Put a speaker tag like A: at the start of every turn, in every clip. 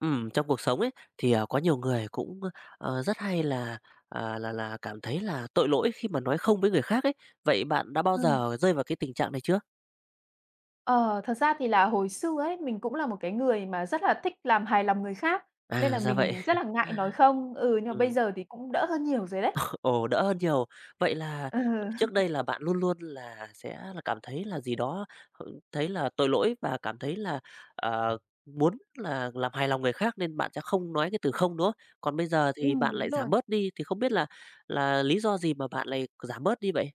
A: Trong cuộc sống ấy thì, có nhiều người cũng, rất hay là, à, là cảm thấy là tội lỗi khi mà nói không với người khác ấy. Vậy bạn đã bao
B: Ừm.
A: giờ rơi vào cái tình trạng này chưa?
B: Ờ, thật ra thì là hồi xưa ấy, mình cũng là một cái người mà rất là thích làm hài lòng người khác, nên
A: À,
B: là
A: ra vậy.
B: mình rất là ngại nói không. Ừ, nhưng mà bây
A: Ừm,
B: giờ thì cũng đỡ hơn nhiều rồi đấy.
A: ồ, đỡ hơn nhiều. Vậy là
B: Ừ.
A: trước đây là bạn luôn luôn là sẽ là cảm thấy là gì đó, h thấy là tội lỗi và cảm thấy là, ờ, muốn là làm hài lòng người khác nên bạn sẽ không nói cái từ "không" nữa. Còn bây giờ thì bạn
B: Đúng
A: lại
B: rồi.
A: giảm bớt đi, thì không biết là lý do gì mà bạn lại giảm bớt đi vậy?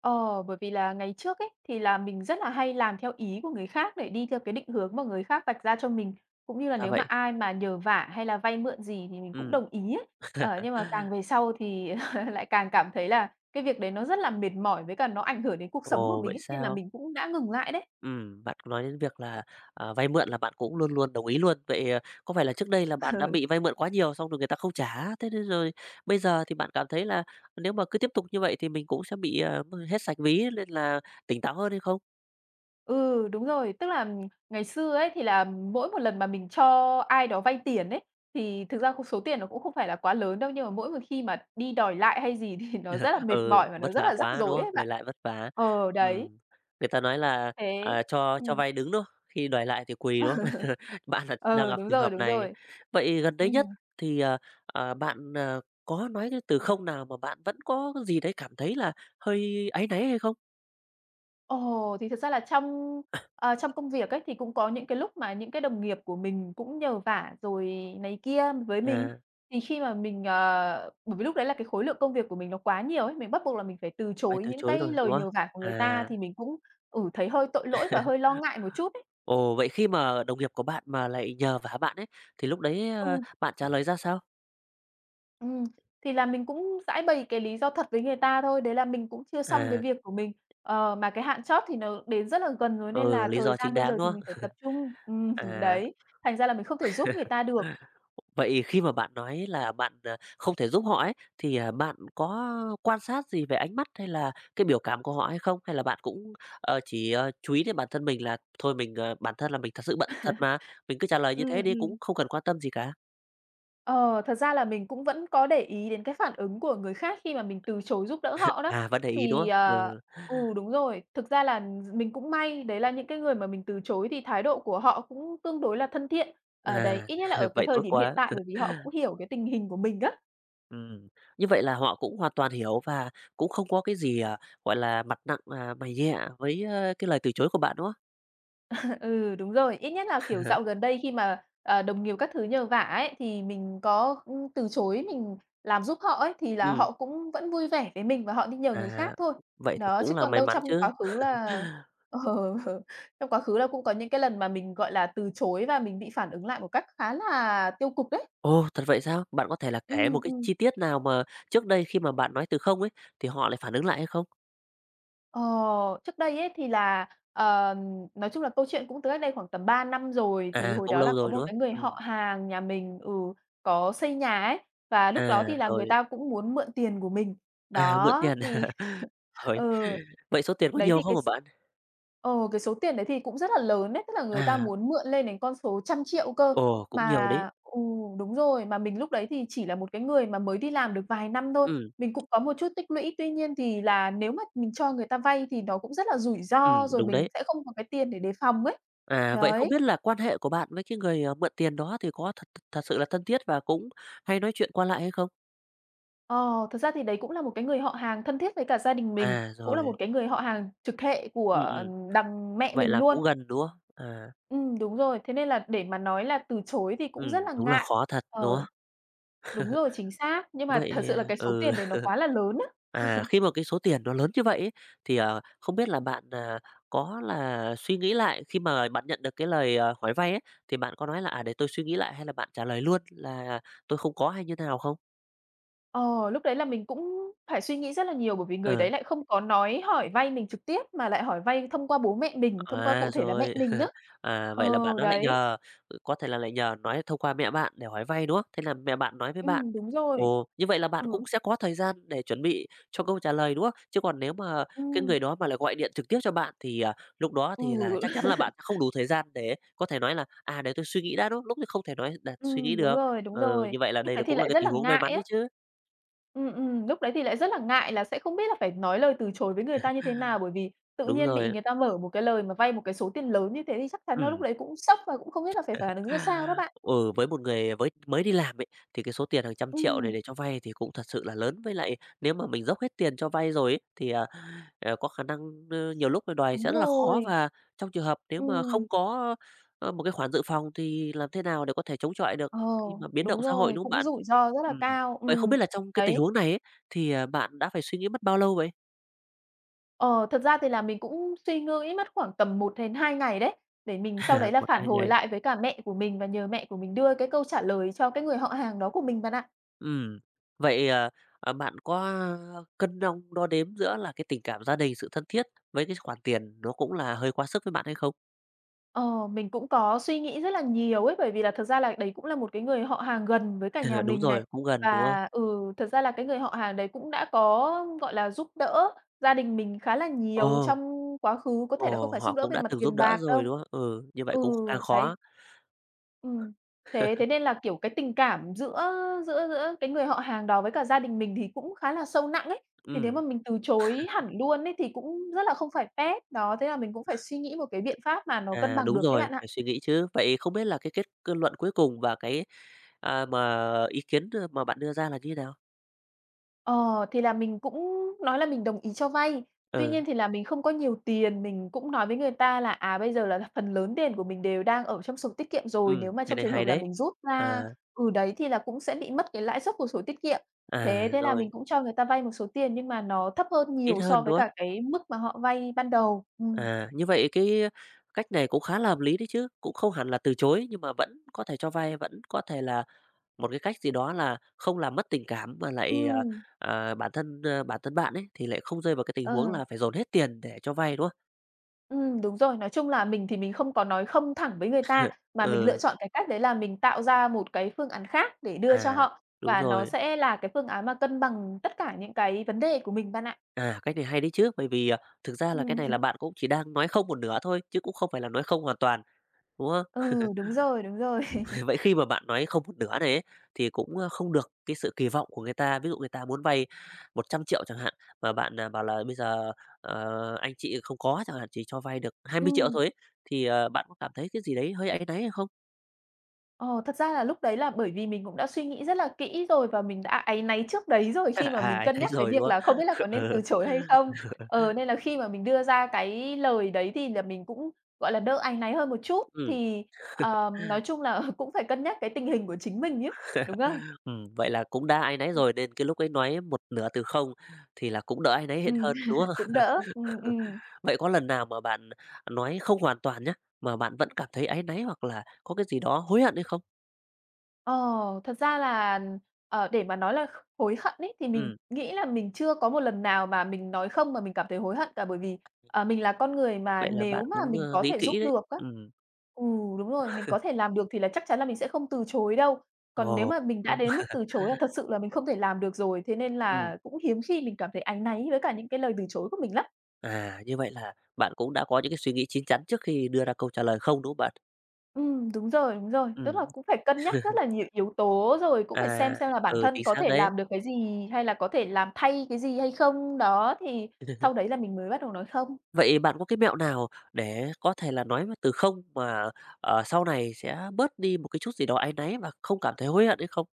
B: Ờ, bởi vì là ngày trước ấy, thì là mình rất là hay làm theo ý của người khác để đi theo cái định hướng mà người khác vạch ra cho mình, cũng như là
A: Ra
B: nếu mà
A: vậy.
B: ai mà nhờ vả hay là vay mượn gì thì mình cũng
A: Ừm,
B: đồng ý ấy. Ờ, nhưng mà càng về sau thì lại càng cảm thấy là cái việc đấy nó rất là mệt mỏi với cả nó ảnh hưởng đến cuộc sống của
A: ồ,
B: mình
A: vậy
B: ấy, nên là
A: sao?
B: mình cũng đã ngừng lại đấy.
A: Bạn nói đến việc là, à, vay mượn là bạn cũng luôn luôn đồng ý luôn. Vậy, có phải là trước đây là bạn đã bị vay mượn quá nhiều xong rồi người ta không trả, thế nên rồi bây giờ thì bạn cảm thấy là nếu mà cứ tiếp tục như vậy thì mình cũng sẽ bị, hết sạch ví nên là tỉnh táo hơn hay không?
B: Ừ, đúng rồi. Tức là ngày xưa ấy, thì là mỗi một lần mà mình cho ai đó vay tiền ấy, thì thực ra không số tiền nó cũng không phải là quá lớn đâu, nhưng mà mỗi một khi mà đi đòi lại hay gì thì nó rất là mệt
A: Ừ,
B: mỏi và nó
A: vất
B: rất
A: vả
B: là rắc
A: quá, đúng
B: rối
A: không?
B: ấy
A: Đòi
B: bạn.
A: lại vất vả.
B: Ờ, đấy,
A: Ừm, Người ta nói là,
B: thế
A: à, cho
B: ừm.
A: vay đứng, đúng không? Khi đòi lại thì quỳ, đúng không? Bạn là đang
B: Ờ,
A: gặp
B: đúng
A: trường
B: rồi,
A: hợp
B: đúng
A: này.
B: rồi.
A: Vậy gần đây
B: Ừm.
A: nhất thì, bạn, có nói cái từ "không" nào mà bạn vẫn có cái gì đấy cảm thấy là hơi áy náy hay không?
B: Ồ, thì thật ra là trong, trong công việc ấy, thì cũng có những cái lúc mà những cái đồng nghiệp của mình cũng nhờ vả rồi này kia với mình.
A: À,
B: Thì khi mà mình, bởi vì lúc đấy là cái khối lượng công việc của mình nó quá nhiều ấy, mình bắt buộc là mình phải từ
A: phải
B: chối
A: từ
B: những
A: chối
B: cái
A: rồi, đúng
B: lời
A: không?
B: nhờ vả của người ta
A: À,
B: thì mình cũng, thấy hơi tội lỗi và hơi lo ngại một chút ấy.
A: ồ, vậy khi mà đồng nghiệp của bạn mà lại nhờ vả bạn ấy, thì lúc đấy,
B: Ừ.
A: bạn trả lời ra sao?
B: Ừm, thì là mình cũng giãi bày cái lý do thật với người ta thôi, đấy là mình cũng chưa xong cái
A: À,
B: việc của mình. Ờ, mà cái hạn chót thì nó đến rất là gần rồi nên
A: ừ,
B: là
A: lý
B: thời
A: do chính
B: gian bây
A: đáng,
B: giờ
A: đúng
B: thì mình phải
A: không?
B: tập trung. Đấy, thành ra là mình không thể giúp người ta được.
A: À. Vậy khi mà bạn nói là bạn, không thể giúp họ ấy, thì, à, bạn có quan sát gì về ánh mắt hay là cái biểu cảm của họ hay không? Hay là bạn cũng, chỉ, chú ý đến bản thân mình là thôi mình, bản thân là mình thật sự bận thật mà, mình cứ trả lời như
B: Ừm,
A: thế đi,
B: ừm.
A: cũng không cần quan tâm gì cả?
B: Ờ, thật ra là mình cũng vẫn có để ý đến cái phản ứng của người khác khi mà mình từ chối giúp đỡ họ đó.
A: À, vẫn để ý, đúng
B: Thì,
A: không?
B: ờ
A: Ừ,
B: ừ, đúng rồi, thực ra là mình cũng may, đấy là những cái người mà mình từ chối thì thái độ của họ cũng tương đối là thân thiện. Ờ, đấy,
A: à,
B: ít nhất là ở cái
A: vậy
B: thời
A: tốt
B: điểm hiện
A: quá.
B: tại bởi vì họ cũng hiểu cái tình hình của mình á.
A: Ừm, Như vậy là họ cũng hoàn toàn hiểu và cũng không có cái gì, à, gọi là, mặt nặng, à, mày nhẹ với, cái lời từ chối của bạn, đúng không?
B: Ừ, đúng rồi. Ít nhất là, kiểu, dạo gần đây khi mà, đồng nghiệp các thứ nhờ vả ấy, thì mình có, từ chối mình làm giúp họ ấy, thì là
A: Ừm,
B: họ cũng vẫn vui vẻ với mình và họ đi nhờ người
A: À,
B: khác thôi.
A: vậy thì
B: Đó,
A: cũng
B: chứ
A: là
B: còn
A: may
B: đâu
A: mắn
B: trong
A: chứ.
B: quá khứ là ờ, trong quá khứ là cũng có những cái lần mà mình, gọi là, từ chối và mình bị phản ứng lại một cách khá là tiêu cực đấy.
A: Ồ, thật vậy sao? Bạn có thể là kể một
B: Ừm,
A: cái
B: ừm.
A: chi tiết nào mà trước đây khi mà bạn nói từ không ấy, thì họ lại phản ứng lại hay không?
B: Ờ, trước đây ấy thì là, nói chung là câu chuyện cũng từ cách đây khoảng tầm 3 năm rồi, thì
A: À,
B: hồi
A: cũng
B: đó là
A: lâu
B: có
A: rồi,
B: một
A: đúng
B: cái người
A: không?
B: họ hàng nhà mình, có xây nhà ấy, và lúc
A: À,
B: đó thì là người
A: rồi,
B: ta cũng muốn mượn tiền của mình.
A: à, mượn
B: Đó,
A: tiền.
B: thì.
A: Rồi,
B: Ừ.
A: vậy số tiền có
B: Đấy
A: nhiều
B: thì
A: không
B: cái
A: hả
B: s
A: bạn?
B: ờ, cái số tiền đấy thì cũng rất là lớn đấy, tức là người ta
A: À,
B: muốn mượn lên đến con số trăm triệu cơ,
A: ồ, cũng nhiều đấy.
B: mà ừ, đúng rồi, mà mình lúc đấy thì chỉ là một cái người mà mới đi làm được vài năm thôi,
A: Ừ,
B: mình cũng có một chút tích lũy. Tuy nhiên thì là nếu mà mình cho người ta vay thì nó cũng rất là rủi ro, rồi
A: đúng
B: mình
A: đấy.
B: sẽ không có cái tiền để đề phòng ấy.
A: À, vậy không
B: Đấy,
A: biết là quan hệ của bạn với cái người, mượn tiền đó thì có thật thật sự là thân thiết và cũng hay nói chuyện qua lại hay không?
B: ờ, thật ra thì đấy cũng là một cái người họ hàng thân thiết với cả gia đình mình,
A: À,
B: cũng là
A: rồi,
B: một cái người họ hàng trực hệ
A: ừ,
B: của đằng mẹ
A: vậy
B: mình
A: là
B: luôn.
A: cũng gần, đúng không? À,
B: Đúng rồi. Thế nên là để mà nói là từ chối thì cũng rất là
A: đúng là
B: ngại.
A: khó thật, đúng
B: Ờ,
A: không?
B: đúng rồi, chính xác. Nhưng mà thật
A: Vậy,
B: sự là cái số
A: ừ.
B: tiền đấy nó quá là lớn á.
A: À, khi mà cái số tiền nó lớn như vậy ấy, thì, không biết là bạn, à, có là suy nghĩ lại khi mà bạn nhận được cái lời, hỏi vay ấy, thì bạn có nói là "À, để tôi suy nghĩ lại" hay là bạn trả lời luôn là "Tôi không có" hay như thế nào không?
B: Ờ, lúc đấy là mình cũng phải suy nghĩ rất là nhiều bởi vì người
A: Ờ.
B: đấy lại không có nói hỏi vay mình trực tiếp mà lại hỏi vay thông qua bố mẹ mình, thông qua
A: À,
B: cụ thể là mẹ
A: rồi.
B: mình á.
A: À, vậy là
B: Ờ,
A: bạn đó lại
B: đấy.
A: nhờ có thể là lại nhờ nói thông qua mẹ bạn để hỏi vay, đúng không? Thế là mẹ bạn nói với bạn.
B: Đúng rồi.
A: Ồ, như vậy là bạn cũng
B: Ừ,
A: sẽ có thời gian để chuẩn bị cho câu trả lời, đúng không? Chứ còn nếu mà cái
B: ừm,
A: người đó mà lại gọi điện trực tiếp cho bạn thì, à, lúc đó
B: ừ.
A: thì là chắc chắn là bạn không đủ thời gian để có thể nói là "À, để tôi suy nghĩ đã", đúng không? Lúc thì không thể nói là suy nghĩ
B: Đúng
A: được.
B: rồi, đúng
A: Ừ,
B: rồi.
A: như vậy là
B: Lúc
A: đây là
B: đấy thì
A: cũng là
B: lại
A: cái
B: rất
A: tình
B: là
A: huống may mắn
B: ngại
A: đấy
B: á.
A: chứ.
B: Lúc đấy thì lại rất là ngại là sẽ không biết là phải nói lời từ chối với người ta như thế nào, bởi vì tự
A: Đúng
B: nhiên bị
A: rồi.
B: người ta mở một cái lời mà vay một cái số tiền lớn như thế thì chắc chắn là lúc
A: Ừ,
B: đấy cũng sốc và cũng không biết là phải phản ứng ra sao
A: à,
B: đó bạn.
A: ừ, với một người mới đi làm ấy, thì cái số tiền hàng trăm triệu này
B: Ừm,
A: để cho vay thì cũng thật sự là lớn. Với lại nếu mà mình dốc hết tiền cho vay rồi ấy, thì, có khả năng, nhiều lúc là đòi
B: đúng
A: sẽ rất là khó.
B: rồi.
A: Và trong trường hợp nếu mà
B: Ừm,
A: không có, một cái khoản dự phòng thì làm thế nào để có thể chống chọi được
B: ờ,
A: khi mà biến động
B: đúng
A: xã hội,
B: rồi,
A: đúng không
B: cũng
A: bạn?
B: rủi ro rất là
A: Ừm,
B: cao,
A: Vậy không
B: ừm.
A: biết là trong cái
B: Đấy,
A: tình huống này ấy, thì, à, bạn đã phải suy nghĩ mất bao lâu vậy?
B: ờ, thật ra thì là mình cũng suy nghĩ mất khoảng tầm 1 đến 2 ngày đấy, để mình sau đấy là
A: Một
B: phản
A: 2
B: hồi
A: ngày.
B: lại với cả mẹ của mình và nhờ mẹ của mình đưa cái câu trả lời cho cái người họ hàng đó của mình bạn ạ.
A: Ừ vậy, bạn có cân đong đo đếm giữa là cái tình cảm gia đình, sự thân thiết với cái khoản tiền nó cũng là hơi quá sức với bạn hay không?
B: Ờ, mình cũng có suy nghĩ rất là nhiều ấy, bởi vì là thật ra là đấy cũng là một cái người họ hàng gần với cả nhà
A: Đúng
B: mình
A: rồi,
B: này.
A: cũng gần, đúng không?
B: Và, ừ, thật ra là cái người họ hàng đấy cũng đã có, gọi là, giúp đỡ gia đình mình khá là nhiều
A: Ồ,
B: trong quá khứ, có thể là không
A: ồ,
B: phải
A: họ
B: giúp đỡ
A: cũng
B: về
A: đã
B: mặt
A: từng giúp
B: tiền
A: đỡ
B: bạc
A: rồi,
B: đâu.
A: đúng không? Ừ, như vậy
B: Ừ,
A: cũng càng khó.
B: đấy. Ừm, thế thế nên là, kiểu, cái tình cảm giữa giữa giữa cái người họ hàng đó với cả gia đình mình thì cũng khá là sâu nặng ấy. Thì nếu mà mình từ chối hẳn luôn ấy thì cũng rất là không phải phép. Đó, thế là mình cũng phải suy nghĩ một cái
A: Ừ.
B: biện pháp mà nó cân
A: À,
B: bằng
A: đúng
B: được đấy
A: rồi,
B: bạn ạ.
A: phải suy nghĩ chứ. Vậy không biết là cái kết cơ luận cuối cùng và cái, à, mà ý kiến đưa mà bạn đưa ra là như thế nào?
B: Ờ, thì là mình cũng nói là mình đồng ý cho vay, tuy
A: Ừ,
B: nhiên thì là mình không có nhiều tiền, mình cũng nói với người ta là, bây giờ là phần lớn tiền của mình đều đang ở trong sổ tiết kiệm rồi, nếu mà
A: cái
B: trong
A: này
B: trường
A: hay
B: hợp là
A: đấy.
B: mình rút
A: À,
B: ra ừ, đấy, thì là cũng sẽ bị mất cái lãi suất của sổ tiết kiệm. Thế thế là
A: rồi,
B: mình cũng cho người ta vay một số tiền nhưng mà nó thấp hơn
A: ít
B: nhiều so
A: hơn, đúng
B: với
A: không?
B: cả cái mức mà họ vay ban đầu. Ừm.
A: À, như vậy cái cách này cũng khá là hợp lý đấy chứ, cũng không hẳn là từ chối nhưng mà vẫn có thể cho vay, vẫn có thể là một cái cách gì đó là không làm mất tình cảm mà lại,
B: Ừm,
A: bản thân bạn ấy thì lại không rơi vào cái tình huống
B: ờ.
A: là phải dồn hết tiền để cho vay, đúng không?
B: Đúng rồi. Nói chung là mình thì mình không có nói không thẳng với người ta, mà mình lựa
A: Ừ,
B: chọn cái cách đấy là mình tạo ra một cái phương án khác để đưa cho
A: à,
B: họ,
A: đúng
B: và nó
A: rồi.
B: sẽ là cái phương án mà cân bằng tất cả những cái vấn đề của mình bạn ạ.
A: À, cách này hay đấy chứ, bởi vì, à, thực ra là cái này là
B: Ừm.
A: bạn cũng chỉ đang nói không một nửa thôi chứ cũng không phải là nói không hoàn toàn, đúng không?
B: Ừ, đúng rồi, đúng rồi.
A: Vậy khi mà bạn nói không một nửa này ấy, thì cũng, không được cái sự kỳ vọng của người ta. Ví dụ người ta muốn vay 100 triệu chẳng hạn, mà bạn, à, bảo là "Bây giờ, anh chị không có" chẳng hạn, chỉ cho vay được 20 triệu
B: Ừm.
A: thôi ấy, thì, bạn có cảm thấy cái gì đấy hơi áy náy hay không?
B: Ờ, thật ra là lúc đấy là bởi vì mình cũng đã suy nghĩ rất là kỹ rồi và mình đã áy náy trước đấy rồi khi mà
A: À,
B: mình
A: áy
B: cân
A: náy
B: nhắc cái
A: rồi, đúng
B: việc là
A: không?
B: không biết là có nên
A: Ừ,
B: từ chối hay không. Ờ, nên là khi mà mình đưa ra cái lời đấy thì là mình cũng, gọi là, đỡ áy náy hơn một chút,
A: ừm,
B: thì, nói chung là cũng phải cân nhắc cái tình hình của chính mình ấy, đúng không?
A: vậy là cũng đã áy náy rồi nên cái lúc ấy nói một nửa từ không thì là cũng đỡ áy náy hiện
B: Ừm,
A: hơn, đúng không?
B: cũng đỡ.
A: Vậy có lần nào mà bạn nói không hoàn toàn nhá, mà bạn vẫn cảm thấy áy náy hoặc là có cái gì đó hối hận hay không?
B: Ờ, thật ra là, để mà nói là hối hận ấy, thì mình
A: Ừm.
B: nghĩ là mình chưa có một lần nào mà mình nói không mà mình cảm thấy hối hận cả, bởi vì, mình là con người mà
A: Vậy là bạn
B: nếu mà
A: cũng,
B: mình có
A: nghĩ
B: thể giúp
A: kỹ đấy.
B: được á
A: Ừm.
B: ừ, đúng rồi, mình có thể làm được thì là chắc chắn là mình sẽ không từ chối đâu. Còn nếu
A: Ồ,
B: mà mình
A: ơ,
B: đã đến mức từ chối là thật sự là mình không thể làm được rồi, thế nên
A: ừm,
B: là cũng hiếm khi mình cảm thấy áy náy với cả những cái lời từ chối của mình lắm.
A: à, như vậy là bạn cũng đã có những cái suy nghĩ chín chắn trước khi đưa ra câu trả lời không, đúng không bạn?
B: Đúng rồi, đúng rồi. Tức là
A: Ừm,
B: cũng phải cân nhắc rất là nhiều yếu tố, rồi cũng phải
A: À,
B: xem là bản
A: ừ,
B: thân
A: chính
B: có
A: xác
B: thể
A: đấy.
B: làm được cái gì, hay là có thể làm thay cái gì hay không. Đó, thì sau đấy là mình mới bắt đầu nói không.
A: Vậy bạn có cái mẹo nào để có thể là nói từ "không" mà, sau này sẽ bớt đi một cái chút gì đó áy náy và không cảm thấy hối hận hay không?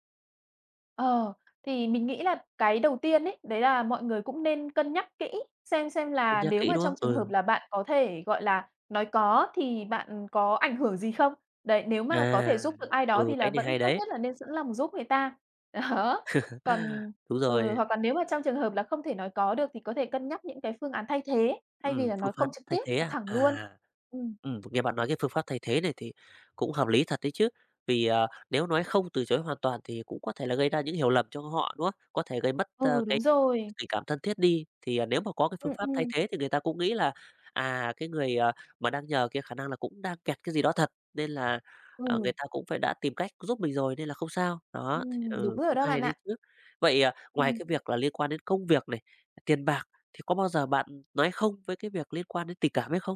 B: Ờ, thì mình nghĩ là cái đầu tiên ấy, đấy là mọi người cũng nên cân nhắc kỹ xem
A: Cân
B: là
A: nhắc
B: nếu
A: kỹ,
B: mà
A: đúng
B: trong
A: không?
B: trường
A: Ừ,
B: hợp là bạn có thể, gọi là, nói có thì bạn có ảnh hưởng gì không? Đấy, nếu mà có thể
A: à,
B: giúp được ai đó
A: ừ,
B: thì là
A: cái này
B: vẫn
A: hay
B: tốt
A: đấy.
B: nhất là nên sẵn lòng giúp người ta. Đó, còn
A: Đúng
B: ừ,
A: rồi,
B: hoặc là nếu mà trong trường hợp là không thể nói có được thì có thể cân nhắc những cái phương án thay thế, thay vì là
A: phương
B: nói
A: pháp
B: không trực
A: thay
B: tiếp
A: thế
B: và
A: à?
B: thẳng luôn.
A: À.
B: Ừm,
A: Nghe bạn nói cái phương pháp thay thế này thì cũng hợp lý thật đấy chứ. Vì, nếu nói không từ chối hoàn toàn thì cũng có thể là gây ra những hiểu lầm cho họ, đúng không? Có thể gây mất,
B: ừ,
A: cái
B: đúng rồi.
A: tình cảm thân thiết đi. Thì, à, nếu mà có cái phương
B: Ừm,
A: pháp thay
B: ừm,
A: thế thì người ta cũng nghĩ là, à, cái người, mà đang nhờ kia khả năng là cũng đang kẹt cái gì đó thật, nên là, người
B: ừ,
A: ta cũng phải đã tìm cách giúp mình rồi nên là không sao. Đó, thì
B: đúng rồi
A: cũng
B: đó
A: hay
B: bạn
A: đấy
B: ạ.
A: chứ. Vậy, à, ngoài
B: Ừm.
A: cái việc là liên quan đến công việc này, tiền bạc thì có bao giờ bạn nói không với cái việc liên quan đến tình cảm hay không?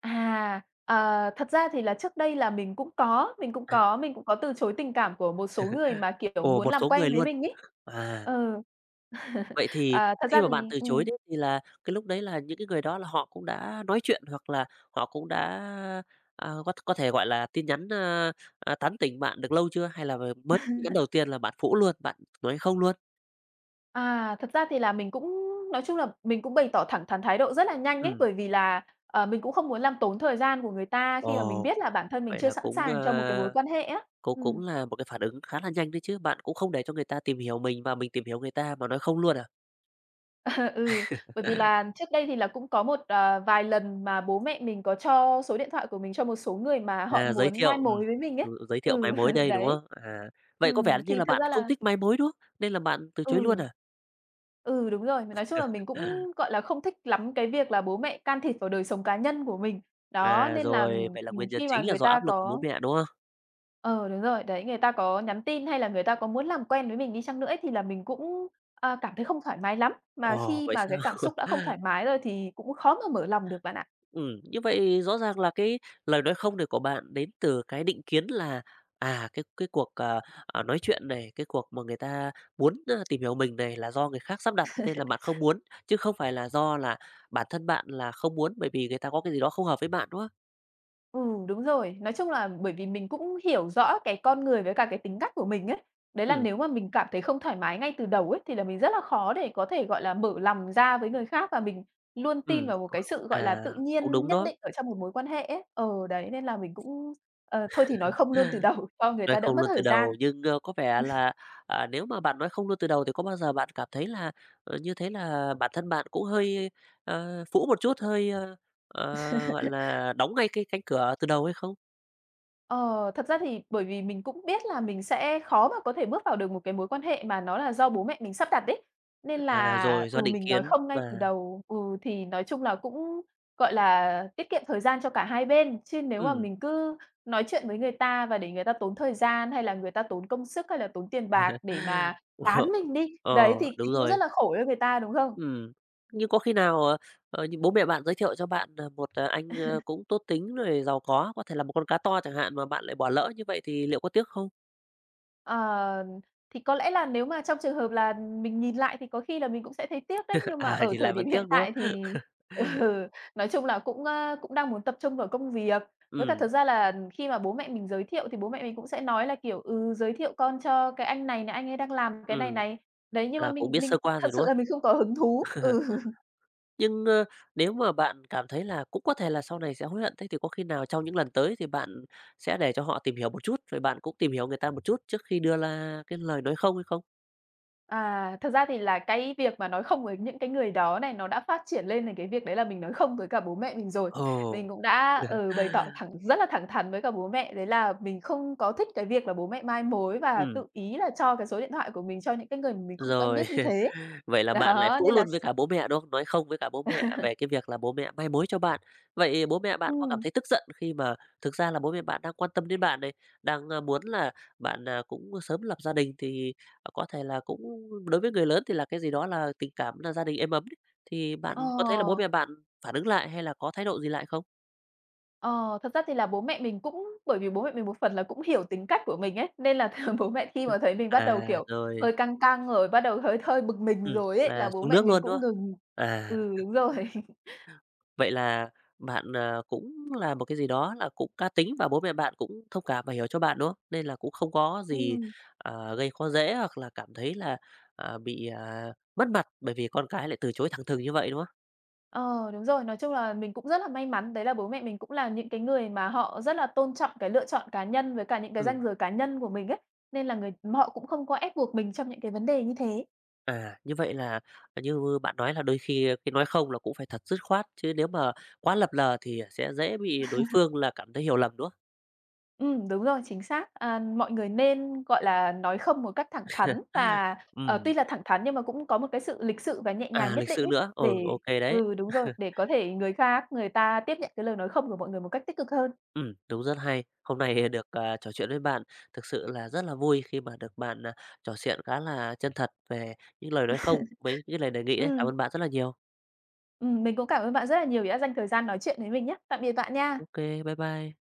B: Thật ra thì là trước đây là mình cũng có, mình cũng có, mình cũng có từ chối tình cảm của một số người mà, kiểu,
A: Ồ,
B: muốn
A: một
B: làm
A: số người
B: quen với
A: luôn.
B: mình ấy.
A: À,
B: Ừ.
A: vậy thì
B: À, thật
A: khi
B: ra
A: mà bạn
B: thì
A: từ chối đấy thì là cái lúc đấy là những cái người đó là họ cũng đã nói chuyện hoặc là họ cũng đã, à, có thể, gọi là, tin nhắn, tán tỉnh bạn được lâu chưa? Hay là mới tin nhắn đầu tiên là bạn phủ luôn, bạn nói không luôn?
B: à, thật ra thì là mình cũng Nói chung là mình cũng bày tỏ thẳng thắn thái độ rất là nhanh ấy,
A: Ừm.
B: bởi vì là, mình cũng không muốn làm tốn thời gian của người ta khi mà mình
A: Ồ,
B: biết là bản thân mình
A: vậy
B: chưa
A: là
B: sẵn
A: cũng,
B: sàng cho một cái mối quan hệ á.
A: cũng
B: Ừm.
A: là một cái phản ứng khá là nhanh đấy chứ, bạn cũng không để cho người ta tìm hiểu mình và mình tìm hiểu người ta mà nói không luôn à?
B: Ừ, bởi vì là trước đây thì là cũng có một, vài lần mà bố mẹ mình có cho số điện thoại của mình cho một số người mà họ
A: Giới
B: muốn
A: thiệu,
B: mai mối với mình ấy.
A: ừ, giới thiệu máy
B: Ừ,
A: mối đây, đúng
B: đấy.
A: không? À, vậy có vẻ như
B: Thì
A: là
B: thật
A: bạn
B: ra
A: không
B: là
A: thích máy mối, đúng không? Nên là bạn từ chối luôn
B: ừ,
A: à?
B: ừ, đúng rồi, nói chung là mình cũng, gọi là, không thích lắm cái việc là bố mẹ can thiệp vào đời sống cá nhân của mình. Đó,
A: À,
B: nên là,
A: rồi, vậy là nguyên nhân
B: khi mà
A: chính là
B: người
A: do
B: ta
A: áp lực của bố
B: có
A: mẹ, đúng không?
B: Ờ, đúng rồi, đấy, người ta có nhắn tin hay là người ta có muốn làm quen với mình đi chăng nữa ấy, thì là mình cũng, cảm thấy không thoải mái lắm, mà
A: Ồ,
B: khi
A: vậy
B: mà
A: sao?
B: cái cảm xúc đã không thoải mái rồi thì cũng khó mà mở lòng được bạn ạ.
A: Như vậy rõ ràng là cái lời nói không này của bạn đến từ cái định kiến cái cuộc, nói chuyện này, cái cuộc mà người ta muốn tìm hiểu mình này là do người khác sắp đặt nên là bạn không muốn, chứ không phải là do là bản thân bạn là không muốn bởi vì người ta có cái gì đó không hợp với bạn, đúng không?
B: Ừ, đúng rồi, nói chung là bởi vì mình cũng hiểu rõ cái con người với cả cái tính cách của mình ấy. Đấy là
A: Ừm.
B: nếu mà mình cảm thấy không thoải mái ngay từ đầu ấy, thì là mình rất là khó để có thể, gọi là, mở lòng ra với người khác và mình luôn tin
A: Ừm,
B: vào một cái sự, gọi là,
A: à,
B: tự
A: cũng
B: nhiên
A: đúng
B: nhất
A: đó,
B: định ở trong một mối quan hệ ấy. Ờ, đấy, nên là mình cũng, thôi thì nói không luôn từ đầu cho người
A: nói
B: ta đỡ
A: không
B: mất
A: luôn từ
B: thời gian.
A: đầu, có vẻ là, à, nếu mà bạn nói không luôn từ đầu thì có bao giờ bạn cảm thấy như thế là bản thân bạn cũng phũ một chút, gọi là, đóng ngay cái cánh cửa từ đầu hay không?
B: Ờ, Thật ra thì bởi vì mình cũng biết là mình sẽ khó mà có thể bước vào được một cái mối quan hệ mà nó là do bố mẹ mình sắp đặt ấy. Nên
A: À,
B: là,
A: rồi, do
B: ừ,
A: định
B: mình nói
A: kiến
B: không ngay từ
A: và
B: đầu, ừ, thì nói chung là cũng, gọi là, tiết kiệm thời gian cho cả hai bên. Chứ nếu mà
A: ừm.
B: mình cứ nói chuyện với người ta và để người ta tốn thời gian, hay là người ta tốn công sức, hay là tốn tiền bạc để mà
A: Ờ,
B: tán mình đi,
A: ờ,
B: đấy,
A: đúng
B: thì cũng
A: rồi,
B: rất là khổ cho người ta, đúng không?
A: ừm. Nhưng có khi nào, như bố mẹ bạn giới thiệu cho bạn, một anh cũng tốt tính rồi giàu có thể là một con cá to chẳng hạn mà bạn lại bỏ lỡ như vậy thì liệu có tiếc không?
B: Ờ, thì có lẽ là nếu mà trong trường hợp là mình nhìn lại thì có khi là mình cũng sẽ thấy tiếc đấy, nhưng mà
A: À,
B: ở
A: thì lại
B: thời
A: vẫn
B: điểm
A: tiếc,
B: hiện
A: đúng
B: tại
A: không?
B: thì ừ, nói chung là cũng, cũng đang muốn tập trung vào công việc. Với cả
A: Ừm,
B: thật ra là khi mà bố mẹ mình giới thiệu thì bố mẹ mình cũng sẽ nói là, kiểu, ừ, giới thiệu con cho cái anh này này, anh ấy đang làm cái này
A: ừm,
B: này. Đấy, nhưng mà
A: là cũng
B: mình
A: biết
B: mình
A: sơ qua
B: thật
A: rồi, đúng
B: sự
A: không?
B: là mình không có hứng thú. Ừ.
A: Nhưng nếu mà bạn cảm thấy là cũng có thể là sau này sẽ hối hận, thế thì có khi nào trong những lần tới thì bạn sẽ để cho họ tìm hiểu một chút, rồi bạn cũng tìm hiểu người ta một chút trước khi đưa ra cái lời nói không hay không?
B: Thật ra thì là cái việc mà nói không với những cái người đó này, nó đã phát triển lên thành cái việc đấy là mình nói không với cả bố mẹ mình rồi.
A: Ồ.
B: Mình cũng đã, ừ, bày tỏ thẳng rất là thẳng thắn với cả bố mẹ, đấy là mình không có thích cái việc là bố mẹ mai mối và
A: Ừm.
B: tự ý là cho cái số điện thoại của mình cho những cái người mà mình không quen
A: Rồi,
B: biết như thế.
A: vậy là bạn lại
B: Đó,
A: phũ
B: nên là
A: luôn
B: s
A: với cả bố mẹ, đúng không? Nói không với cả bố mẹ về cái việc là bố mẹ mai mối cho bạn. Vậy bố mẹ bạn có cảm
B: ừm,
A: thấy tức giận khi mà thực ra là bố mẹ bạn đang quan tâm đến bạn này, đang muốn là bạn cũng sớm lập gia đình thì có thể là cũng đối với người lớn thì là cái gì đó là tình cảm là gia đình êm ấm đấy, thì bạn có thấy là bố
B: ờ.
A: mẹ bạn phản ứng lại hay là có thái độ gì lại không?
B: Ờ, Thật ra thì là bố mẹ mình cũng bởi vì bố mẹ mình một phần là cũng hiểu tính cách của mình ấy, nên là thường bố mẹ khi mà thấy mình bắt đầu,
A: À,
B: kiểu,
A: rồi,
B: hơi căng căng rồi, bắt đầu hơi hơi bực mình rồi ấy, là
A: là
B: bố
A: xuống
B: mẹ
A: nước
B: mình
A: luôn, đúng
B: cũng
A: không?
B: ngừng.
A: À.
B: Ừ, đúng rồi.
A: Vậy là bạn cũng là một cái gì đó là cũng cá tính và bố mẹ bạn cũng thông cảm và hiểu cho bạn, đúng không? Nên là cũng không có gì,
B: Ừm.
A: ờ, gây khó dễ hoặc là cảm thấy bị, mất mặt bởi vì con cái lại từ chối thẳng thừng như vậy, đúng không?
B: Ờ, Đúng rồi, nói chung là mình cũng rất là may mắn, đấy là bố mẹ mình cũng là những cái người mà họ rất là tôn trọng cái lựa chọn cá nhân với cả những cái
A: Ừm,
B: ranh giới cá nhân của mình ấy, nên là người họ cũng không có ép buộc mình trong những cái vấn đề như thế.
A: à, như vậy là ờ, như bạn nói là đôi khi ờ, cái nói không là cũng phải thật dứt khoát, chứ nếu mà quá lập lờ thì sẽ dễ bị đối phương là cảm thấy hiểu lầm, đúng không?
B: Đúng rồi, chính xác. Mọi người nên, gọi là, nói không một cách thẳng thắn và,
A: Ừm,
B: tuy là thẳng thắn nhưng mà cũng có một cái sự lịch sự và nhẹ nhàng
A: à,
B: nhất
A: lịch
B: định
A: sự
B: ấy,
A: nữa, ừ,
B: để
A: ok đấy.
B: ừ, đúng rồi, để có thể người khác người ta tiếp nhận cái lời nói không của mọi người một cách tích cực hơn.
A: Đúng, rất hay. Hôm nay được, à, trò chuyện với bạn, thực sự là rất là vui khi mà được bạn trò chuyện khá là chân thật về những lời nói không, mấy cái lời đề nghị đấy. Cảm
B: Ừm,
A: ơn bạn rất là nhiều.
B: mình cũng cảm ơn bạn rất là nhiều vì đã dành thời gian nói chuyện với mình nhé. Tạm biệt bạn nha.
A: Ok, bye bye.